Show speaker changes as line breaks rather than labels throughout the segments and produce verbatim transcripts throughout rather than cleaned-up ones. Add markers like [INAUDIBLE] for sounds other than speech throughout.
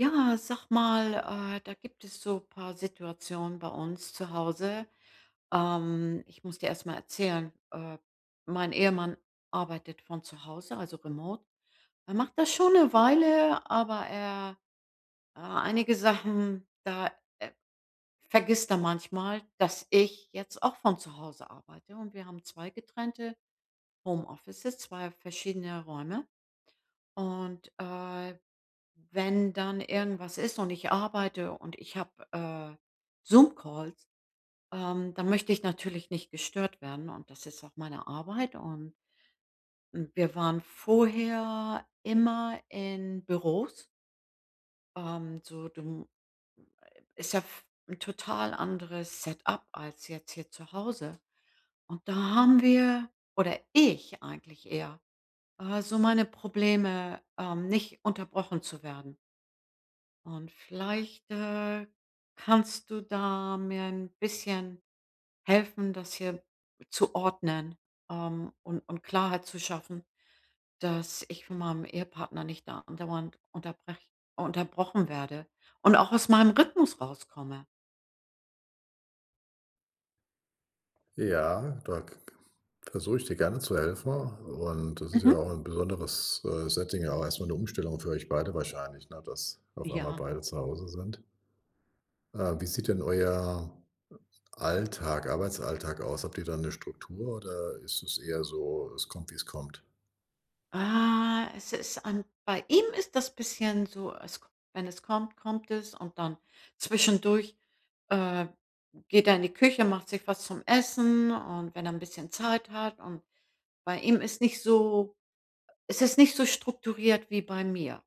Ja, sag mal, äh, da gibt es so ein paar Situationen bei uns zu Hause. Ähm, ich muss dir erst mal erzählen, äh, mein Ehemann arbeitet von zu Hause, also remote. Er macht das schon eine Weile, aber er äh, einige Sachen, da, äh, vergisst er manchmal, dass ich jetzt auch von zu Hause arbeite, und wir haben zwei getrennte Homeoffices, zwei verschiedene Räume. Und, äh, wenn dann irgendwas ist und ich arbeite und ich habe, äh, Zoom-Calls, ähm, dann möchte ich natürlich nicht gestört werden, und das ist auch meine Arbeit. Und hm, wir waren vorher immer in Büros, ähm, so du ist ja v 'n total anderes Setup als jetzt hier zu Hause. Und da haben wir, oder ich eigentlich eher, äh, so meine Probleme, ähm, nicht unterbrochen zu werden. Und vielleicht, äh, kannst du da mir ein bisschen helfen, das hier zu ordnen, ähm, und und Klarheit zu schaffen, dass ich von meinem Ehepartner nicht da andauernd unterbrech unterbrochen werde und auch aus meinem Rhythmus rauskomme.
Ja, da versuche ich dir gerne zu helfen und das ist ja
Mhm.
auch ein besonderes, äh, Setting, ja auch erstmal eine Umstellung für euch beide wahrscheinlich, ne, dass auf einmal
Ja.
beide zu Hause sind. Äh, wie sieht denn euer Alltag Arbeitsalltag aus? Habt ihr da eine Struktur oder ist es eher so, es kommt, wie es kommt?
Ah, es ist an bei ihm ist das bisschen so, es ko wenn es kommt, kommt es, und dann zwischendurch, äh, geht er in die Küche, macht sich was zum Essen, und wenn er ein bisschen Zeit hat, und bei ihm ist nicht so es ist nicht so strukturiert wie bei mir.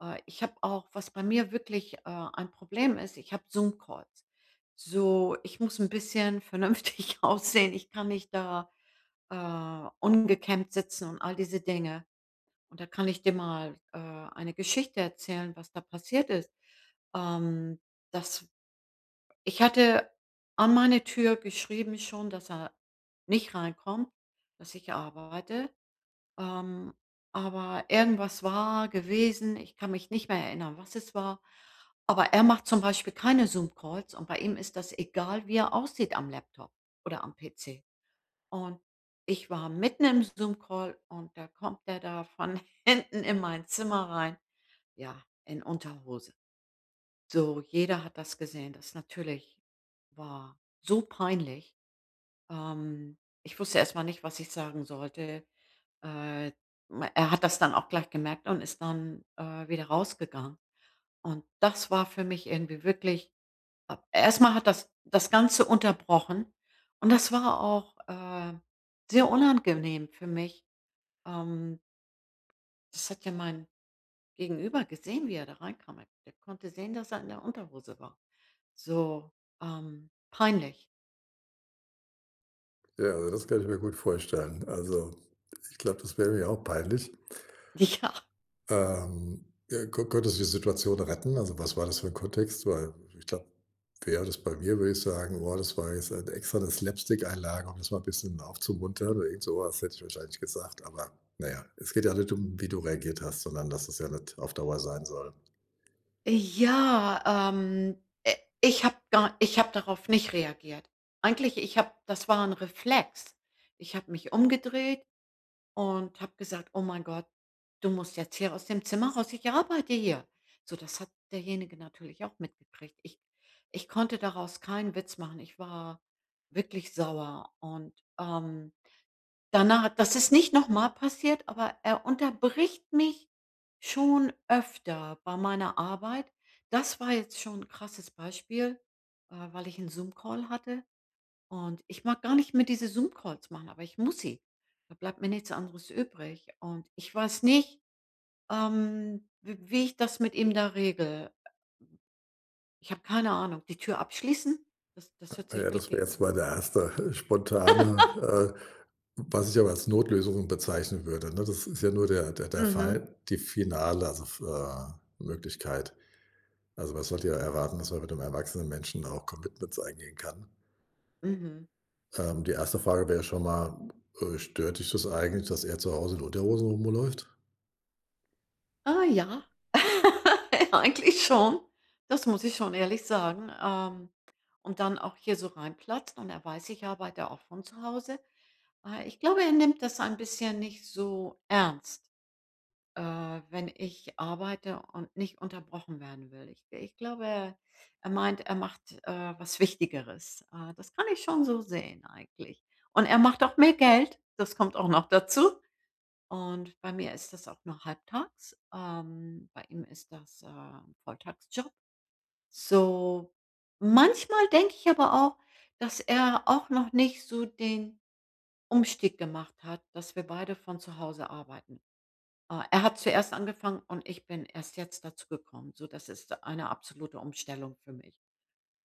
Äh, ich habe auch, was bei mir wirklich, äh, ein Problem ist, ich habe Zoom-Calls. So, ich muss ein bisschen vernünftig [LAUGHS] aussehen. Ich kann nicht da, äh, ungekämmt sitzen und all diese Dinge. Und da kann ich dir mal, äh, eine Geschichte erzählen, was da passiert ist. Ähm, das ich hatte an meine Tür geschrieben schon, dass er nicht reinkommt, dass ich arbeite, ähm, aber irgendwas war gewesen, ich kann mich nicht mehr erinnern, was es war. Aber er macht zum Beispiel keine Zoom-Calls, und bei ihm ist das egal, wie er aussieht am Laptop oder am P C. Und ich war mitten im Zoom-Call, und da kommt der da von [LAUGHS] hinten in mein Zimmer rein. Ja, in Unterhose. So, jeder hat das gesehen. Das natürlich war so peinlich. Ähm, Ich wusste erst mal nicht, was ich sagen sollte. Äh, ma er hat das dann auch gleich gemerkt und ist dann, äh, wieder rausgegangen. Und das war für mich irgendwie wirklich Erstmal Hat das das Ganze unterbrochen, und das war auch, äh, sehr unangenehm für mich. Ähm, Das hat ja mein Gegenüber gesehen, wie er da reinkam. Er der konnte sehen, dass er in der Unterhose war. So, ähm, peinlich.
Ja, also das kann ich mir gut vorstellen. Also, ich glaube, das wäre mir auch peinlich.
[LAUGHS]
Ähm, äh, kon konntest du die Situation retten? Also, was war das für ein Kontext? Weil ich glaube, wäre das bei mir, würde ich sagen: „Oh, das war jetzt, äh, extra 'ne Slapstick-Einlage, um das mal ein bisschen aufzumuntern“ oder irgend so was hätte ich wahrscheinlich gesagt. Aber naja, es geht ja nicht um, wie du reagiert hast, sondern dass das ja nicht auf Dauer sein soll.
Ja, ja, ähm, äh, ich habe gar ich habe darauf nicht reagiert. Eigentlich ich habe das war ein Reflex. Ich habe mich umgedreht und habe gesagt: „Oh mein Gott, du musst jetzt hier aus dem Zimmer raus, ich arbeite hier.“ So, das hat derjenige natürlich auch mitgekriegt. Ich ich konnte daraus keinen Witz machen. Ich war wirklich sauer, und, ähm, danach das ist nicht nochmal passiert, aber er unterbricht mich schon öfter bei meiner Arbeit. Das war jetzt schon 'n krasses Beispiel, äh, weil ich einen Zoom-Call hatte. Und ich mag gar nicht mehr diese Zoom-Calls machen, aber ich muss sie. Da bleibt mir nichts anderes übrig. Und ich weiß nicht, ähm, w wie ich das mit ihm da regel. Ich habe keine Ahnung. Die Tür abschließen? Das das hört sich
Ja, das wäre
wirklich
jetzt mal der erste [LAUGHS] spontane, äh, was ich aber als Notlösung bezeichnen würde, ne? Das ist ja nur der der der
mhm,
Fall, die finale, also, äh, Möglichkeit. Also, man sollte ja erwarten, dass man mit einem erwachsenen Menschen auch Commitments eingehen kann.
mhm.
Ähm, die erste Frage wäre schon mal, äh, stört dich das eigentlich, dass er zu Hause in Unterhosen rumläuft?
Ah, ja. [LAUGHS] Eigentlich schon. Das muss ich schon ehrlich sagen. Ähm, und dann auch hier so reinplatzen, und er weiß, ich arbeite auch von zu Hause. Äh, ich glaube, er nimmt das ein bisschen nicht so ernst, äh, wenn ich arbeite und nicht unterbrochen werden will. Ich ich glaube, er meint, er macht, äh, was Wichtigeres. Äh, das kann ich schon so sehen eigentlich. Und er macht auch mehr Geld, das kommt auch noch dazu. Und bei mir ist das auch nur halbtags. Ähm, bei ihm ist das, äh, 'n Volltagsjob. So, manchmal denke ich aber auch, dass er auch noch nicht so den Umstieg gemacht hat, dass wir beide von zu Hause arbeiten. Ah, er hat zuerst angefangen, und ich bin erst jetzt dazu gekommen. So, das ist eine absolute Umstellung für mich.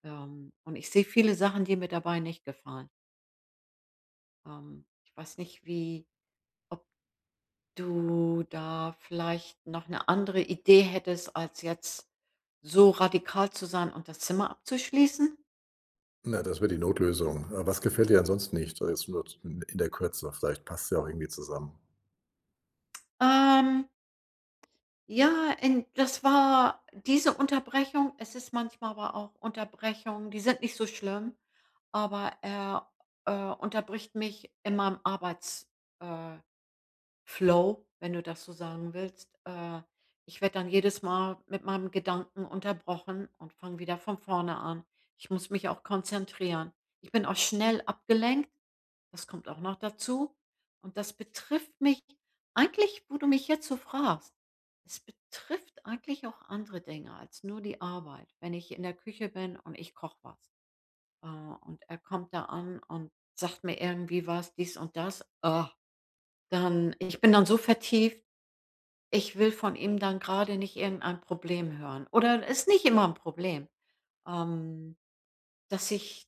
Ähm, und ich sehe viele Sachen, die mir dabei nicht gefallen. Ähm, ich weiß nicht, wie ob du da vielleicht noch eine andere Idee hättest, als jetzt so radikal zu sein und das Zimmer abzuschließen?
Na, das wäre die Notlösung. Äh, was gefällt dir ansonsten nicht? Also, jetzt nur in der Kürze, vielleicht passt's ja auch irgendwie zusammen.
Ähm Ja, in das war diese Unterbrechung. Es ist manchmal aber auch Unterbrechungen, die sind nicht so schlimm, aber er, äh, unterbricht mich in meinem Arbeits äh, Flow, wenn du das so sagen willst. Äh, ich werde dann jedes Mal mit meinem Gedanken unterbrochen und fange wieder von vorne an. Ich muss mich auch konzentrieren. Ich bin auch schnell abgelenkt. Das kommt auch noch dazu. Und das betrifft mich eigentlich, wo du mich jetzt so fragst, es betrifft eigentlich auch andere Dinge als nur die Arbeit. Wenn ich in der Küche bin und ich koche was, äh, und er kommt da an und sagt mir irgendwie was, dies und das. Ah, dann ich bin dann so vertieft, ich will von ihm dann gerade nicht irgendein Problem hören. Oder ist nicht immer ein Problem, ähm, dass ich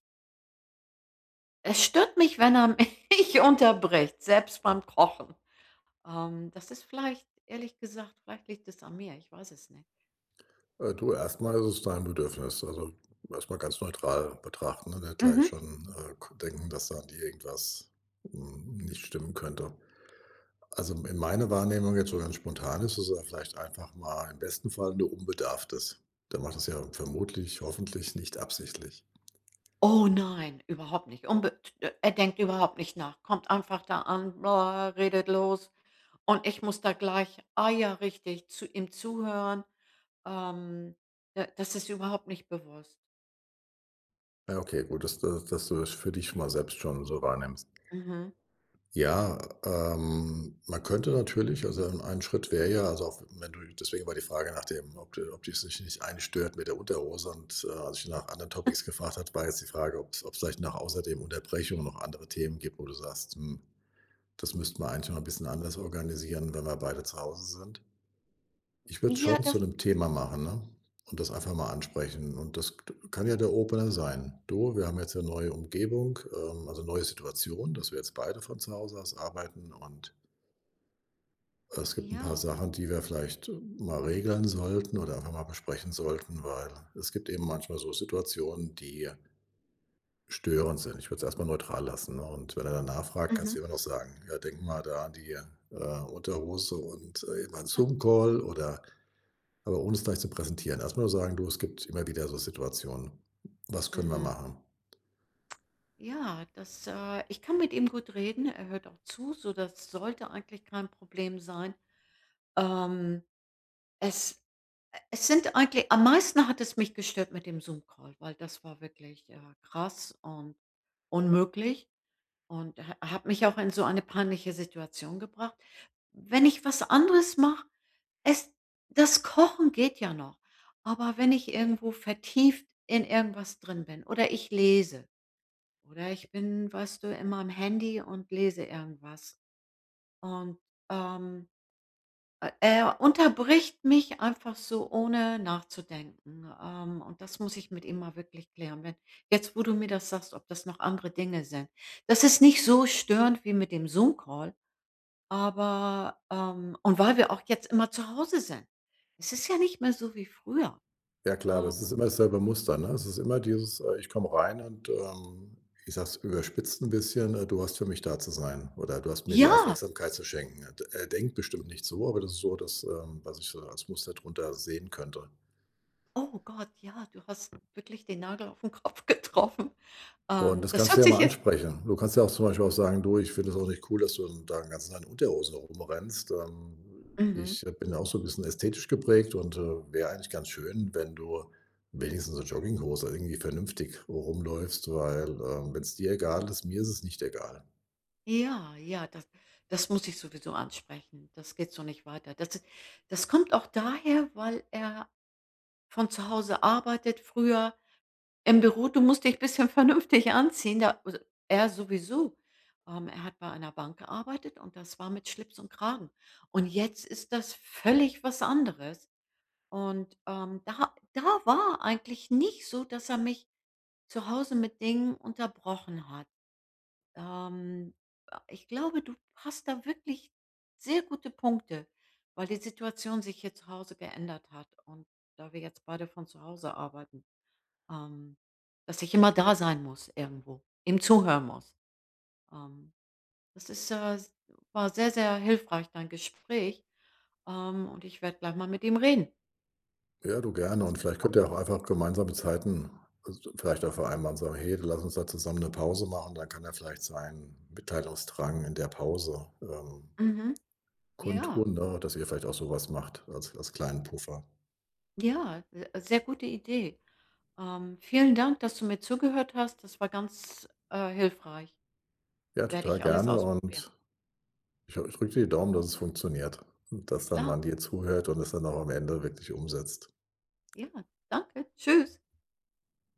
es stört mich, wenn er mich [LAUGHS] unterbricht, selbst beim Kochen. Ähm, das ist vielleicht, ehrlich gesagt, vielleicht liegt es an mir, ich weiß es nicht.
Äh, du, erstmal ist es dein Bedürfnis. Also, erstmal ganz neutral betrachten und nicht gleich
Mhm.
schon, äh, denken, dass da an dir irgendwas, hm, nicht stimmen könnte. Also, in meiner Wahrnehmung jetzt so ganz spontan ist es ja vielleicht einfach mal im besten Fall nur unbedarftes. Der macht das ja vermutlich, hoffentlich nicht absichtlich.
Oh nein, überhaupt nicht. Unbe äh, Er denkt überhaupt nicht nach, kommt einfach da an, bla, redet los, und ich muss da gleich, ah ja, richtig, zu ihm zuhören. Ähm, da Das ist überhaupt nicht bewusst.
Ja, okay, gut, dass dass dass du das für dich schon mal selbst schon so wahrnimmst.
Mhm.
Ja, ähm, man könnte natürlich also, ein ein Schritt wäre ja also, auch wenn du deswegen war die Frage nach dem, ob du ob dich das nicht einstört mit der Unterhose und, äh, als ich nach anderen Topics gefragt habe, war jetzt die Frage, ob es ob es vielleicht nach außer dem Unterbrechung noch andere Themen gibt, wo du sagst: „Hm, das müssten wir eigentlich mal ein bisschen anders organisieren, wenn wir beide zu Hause sind. Ich würde es
Ja,
schon zu
das
einem Thema machen, ne? Und das einfach mal ansprechen. Und das k kann ja der Opener sein. „Du, wir haben jetzt eine neue Umgebung, ähm, also neue Situation, dass wir jetzt beide von zu Hause aus arbeiten und es gibt ein paar
ja.
Sachen, die wir vielleicht mal regeln sollten oder einfach mal besprechen sollten, weil es gibt eben manchmal so Situationen, die störend sind. Ich würde es erstmal neutral lassen, ne? Und wenn er dann nachfragt, kannst
Mhm,
du immer noch sagen: „Ja, denk mal da an die, äh, Unterhose und, äh, eben an Zoom-Call“ oder aber ohne es gleich zu präsentieren. Erstmal nur sagen: „Du, es gibt immer wieder so Situationen. Was können wir
mhm.
machen?“
Ja, das, äh ich kann mit ihm gut reden, er hört auch zu, so das sollte eigentlich kein Problem sein. Ähm, es e es sind eigentlich am meisten hat es mich gestört mit dem Zoom-Call, weil das war wirklich, äh, krass und unmöglich. Und ha hat mich auch in so eine peinliche Situation gebracht. Wenn ich was anderes mache, es das Kochen geht ja noch. Aber wenn ich irgendwo vertieft in irgendwas drin bin oder ich lese, oder ich bin, weißt du, in meinem Handy und lese irgendwas, und, ähm äh, er unterbricht mich einfach so, ohne nachzudenken, ähm, und das muss ich mit ihm mal wirklich klären. Wenn Jetzt, wo du mir das sagst, ob das noch andere Dinge sind. Das ist nicht so störend wie mit dem Zoom-Call, aber, ähm und weil wir auch jetzt immer zu Hause sind. Es ist ja nicht mehr so wie früher.
Ja klar, aber es ist
Ähm,
immer dasselbe Muster, ne? Es ist immer dieses, äh: „Ich komme rein und, ähm, ich sag's überspitzt ein bisschen, äh, du hast für mich da zu sein oder du hast mir die
ja,
Aufmerksamkeit zu schenken.“ Er denkt bestimmt nicht so, aber das ist so das, ähm, was ich so als Muster drunter sehen könnte.
oh Gott, ja, du hast wirklich den Nagel auf den Kopf getroffen.
Und
Ähm,
das
das
kannst du
hört
ja
sich
mal
jetzt
ansprechen. Du kannst ja auch zum Beispiel auch sagen: „Du, ich finde das auch nicht cool, dass du da den ganzen Tag in Unterhosen rumrennst. Ähm,
mhm.
ich bin ja auch so ein bisschen ästhetisch geprägt und, äh, wäre eigentlich ganz schön, wenn du wenigstens in so Jogginghose irgendwie vernünftig rumläufst, weil, ähm, wenn es dir egal ist, mir ist es nicht egal.“
Ja, ja, das das muss ich sowieso ansprechen. Das geht so nicht weiter. Das das kommt auch daher, weil er von zu Hause arbeitet, früher im Büro. Du musst dich ein bisschen [LAUGHS] vernünftig anziehen. Da also, er sowieso. Ähm, er hat bei einer Bank gearbeitet, und das war mit Schlips und Kragen. Und jetzt ist das völlig was anderes. Und, ähm, da da war eigentlich nicht so, dass er mich zu Hause mit Dingen unterbrochen hat. Ähm, äh, Ich glaube, du hast da wirklich sehr gute Punkte, weil die Situation sich hier zu Hause geändert hat, und da wir jetzt beide von zu Hause arbeiten, ähm, dass ich immer da sein muss irgendwo, ihm zuhören muss. Ähm, Das ist, äh, war sehr, sehr hilfreich, dein Gespräch, ähm, und ich werde gleich mal mit ihm reden.
Ja, du gerne
Das
und
war
vielleicht könnt
toll.
ihr auch einfach gemeinsame Zeiten also, vielleicht auch vereinbaren sagen: „Hey, lass uns da zusammen eine Pause machen.“ Dann kann er vielleicht sein Mitteilungsdrang in der Pause, ähm,
Mhm. Ja,
Konturen, ne, dass ihr vielleicht auch so was macht als als kleinen Puffer.
ja, äh, sehr gute Idee. Ähm, vielen Dank, dass du mir zugehört hast. Das war ganz, äh, hilfreich.
Ja,
Werde
total
ich alles
gerne
ausprobieren.
und ich ich drücke dir die Daumen, dass es funktioniert und dass dann
Klar,
man dir zuhört und es dann auch am Ende wirklich umsetzt.
ja, danke, tschüss.